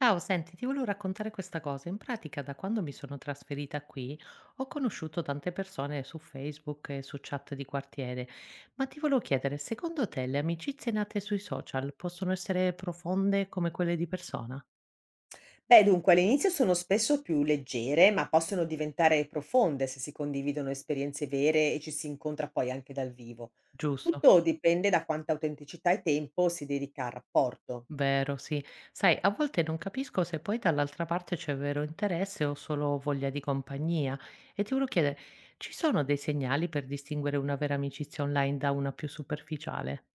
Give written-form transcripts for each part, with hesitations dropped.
Ciao, senti, ti volevo raccontare questa cosa. In pratica, da quando mi sono trasferita qui, ho conosciuto tante persone su Facebook e su chat di quartiere, ma ti volevo chiedere, secondo te le amicizie nate sui social possono essere profonde come quelle di persona? Beh, dunque, all'inizio sono spesso più leggere, ma possono diventare profonde se si condividono esperienze vere e ci si incontra poi anche dal vivo. Giusto, Tutto dipende da quanta autenticità e tempo si dedica al rapporto. vero, sì. Sai, a volte non capisco se poi dall'altra parte c'è vero interesse o solo voglia di compagnia. E ti volevo chiedere, ci sono dei segnali per distinguere una vera amicizia online da una più superficiale?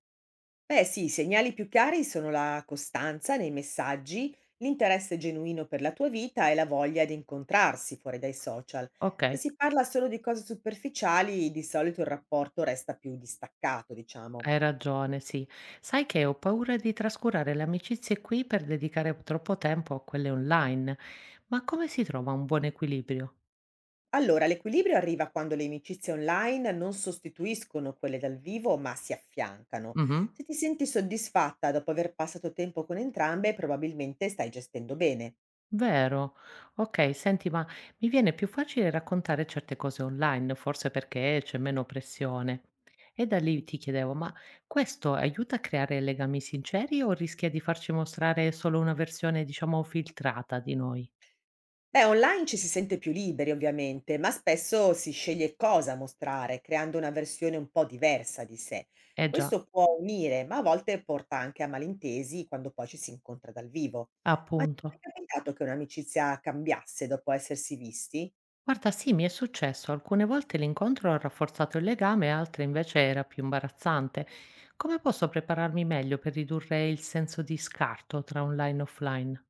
Beh, sì, i segnali più chiari sono la costanza nei messaggi, l'interesse genuino per la tua vita e la voglia di incontrarsi fuori dai social. Ok. Se si parla solo di cose superficiali, di solito il rapporto resta più distaccato, diciamo. Hai ragione, sì. Sai che ho paura di trascurare le amicizie qui per dedicare troppo tempo a quelle online. Ma come si trova un buon equilibrio? Allora, l'equilibrio arriva quando le amicizie online non sostituiscono quelle dal vivo, ma si affiancano. Mhm. Se ti senti soddisfatta dopo aver passato tempo con entrambe, probabilmente stai gestendo bene. Vero. Ok, senti, ma mi viene più facile raccontare certe cose online, forse perché c'è meno pressione. E da lì ti chiedevo, ma questo aiuta a creare legami sinceri o rischia di farci mostrare solo una versione, diciamo, filtrata di noi? Beh, online ci si sente più liberi, ovviamente, ma spesso si sceglie cosa mostrare, creando una versione un po' diversa di sé. Eh già, Questo può unire, ma a volte porta anche a malintesi quando poi ci si incontra dal vivo. Ma ti è mai appunto. capitato che un'amicizia cambiasse dopo essersi visti? Guarda, sì, mi è successo. Alcune volte l'incontro ha rafforzato il legame, altre invece era più imbarazzante. Come posso prepararmi meglio per ridurre il senso di scarto tra online e offline?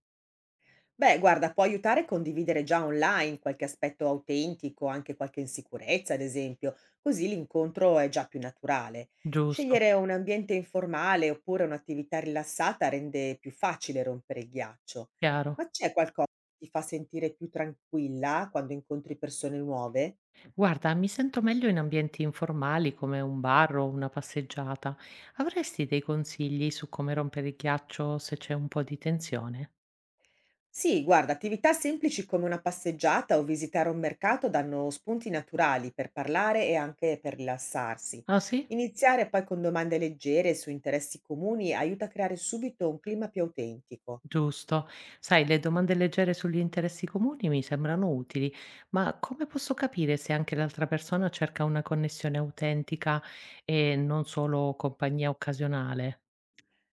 Beh, guarda, può aiutare a condividere già online qualche aspetto autentico, anche qualche insicurezza, ad esempio, così l'incontro è già più naturale. Giusto, Scegliere un ambiente informale oppure un'attività rilassata rende più facile rompere il ghiaccio. chiaro. Ma c'è qualcosa che ti fa sentire più tranquilla quando incontri persone nuove? Guarda, mi sento meglio in ambienti informali come un bar o una passeggiata. Avresti dei consigli su come rompere il ghiaccio se c'è un po' di tensione? Sì, guarda, attività semplici come una passeggiata o visitare un mercato danno spunti naturali per parlare e anche per rilassarsi. Ah, sì? Iniziare poi con domande leggere su interessi comuni aiuta a creare subito un clima più autentico. Giusto. Sai, le domande leggere sugli interessi comuni mi sembrano utili, ma come posso capire se anche l'altra persona cerca una connessione autentica e non solo compagnia occasionale?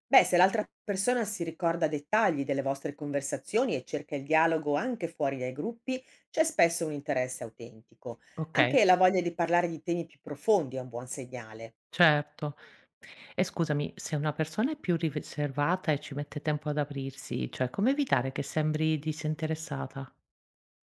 Beh, se l'altra persona si ricorda dettagli delle vostre conversazioni e cerca il dialogo anche fuori dai gruppi, c'è spesso un interesse autentico. Ok, Anche la voglia di parlare di temi più profondi è un buon segnale. certo. E scusami, se una persona è più riservata e ci mette tempo ad aprirsi, cioè come evitare che sembri disinteressata?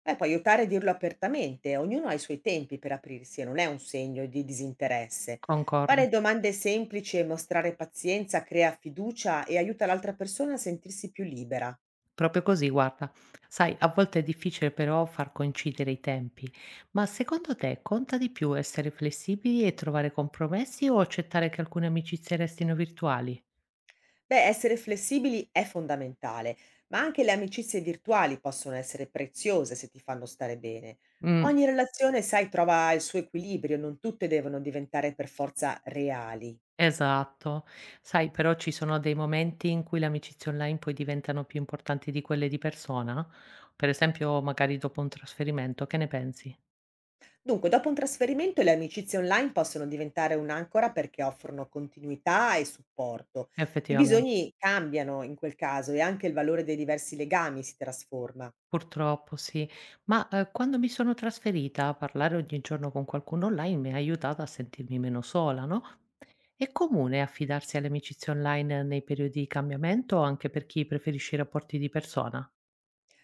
Beh, può aiutare a dirlo apertamente, ognuno ha i suoi tempi per aprirsi e non è un segno di disinteresse. Concordo. Fare domande semplici e mostrare pazienza crea fiducia e aiuta l'altra persona a sentirsi più libera. Proprio così, guarda. Sai, a volte è difficile però far coincidere i tempi, ma secondo te conta di più essere flessibili e trovare compromessi o accettare che alcune amicizie restino virtuali? Beh, essere flessibili è fondamentale, ma anche le amicizie virtuali possono essere preziose se ti fanno stare bene. Mm, Ogni relazione, sai, trova il suo equilibrio, non tutte devono diventare per forza reali. esatto. Sai, però ci sono dei momenti in cui le amicizie online poi diventano più importanti di quelle di persona, per esempio magari dopo un trasferimento, che ne pensi? Dunque, dopo un trasferimento le amicizie online possono diventare un'ancora perché offrono continuità e supporto. I Effettivamente. bisogni cambiano in quel caso e anche il valore dei diversi legami si trasforma. Purtroppo sì, ma, quando mi sono trasferita, a parlare ogni giorno con qualcuno online mi ha aiutata a sentirmi meno sola, no, è comune affidarsi alle amicizie online nei periodi di cambiamento anche per chi preferisce i rapporti di persona?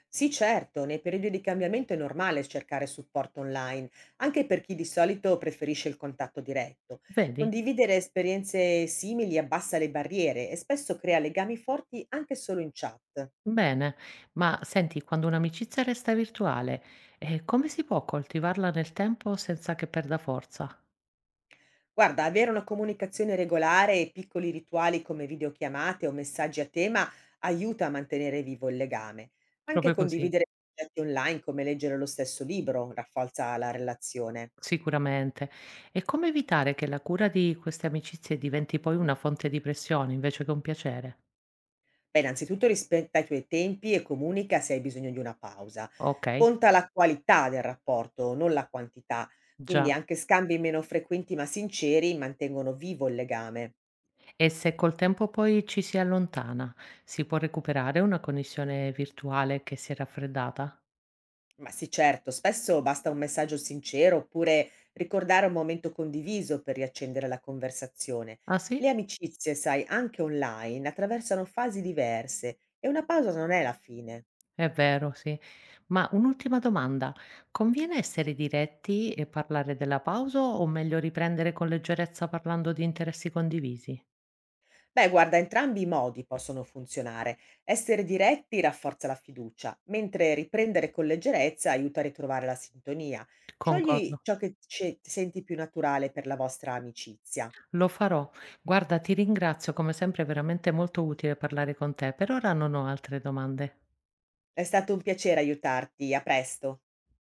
Sì, certo, nei periodi di cambiamento è normale cercare supporto online, anche per chi di solito preferisce il contatto diretto. Vedi? Condividere esperienze simili abbassa le barriere e spesso crea legami forti anche solo in chat. Bene, ma senti, quando un'amicizia resta virtuale, come si può coltivarla nel tempo senza che perda forza? Guarda, avere una comunicazione regolare e piccoli rituali come videochiamate o messaggi a tema aiuta a mantenere vivo il legame. Anche Proprio così, condividere progetti online come leggere lo stesso libro rafforza la relazione. sicuramente. E come evitare che la cura di queste amicizie diventi poi una fonte di pressione invece che un piacere? Beh, innanzitutto rispetta i tuoi tempi e comunica se hai bisogno di una pausa. Okay, Conta la qualità del rapporto, non la quantità. Quindi già. anche scambi meno frequenti ma sinceri mantengono vivo il legame. E se col tempo poi ci si allontana, si può recuperare una connessione virtuale che si è raffreddata? Ma sì, certo, spesso basta un messaggio sincero oppure ricordare un momento condiviso per riaccendere la conversazione. Ah Le sì? amicizie, sai, anche online, attraversano fasi diverse e una pausa non è la fine. È vero, sì. Ma un'ultima domanda: conviene essere diretti e parlare della pausa o meglio riprendere con leggerezza parlando di interessi condivisi? Beh, guarda, entrambi i modi possono funzionare. Essere diretti rafforza la fiducia, mentre riprendere con leggerezza aiuta a ritrovare la sintonia. Scegli Concordo. ciò che ti senti più naturale per la vostra amicizia. Lo farò. Guarda, ti ringrazio come sempre, è veramente molto utile parlare con te. Per ora non ho altre domande. È stato un piacere aiutarti, a presto.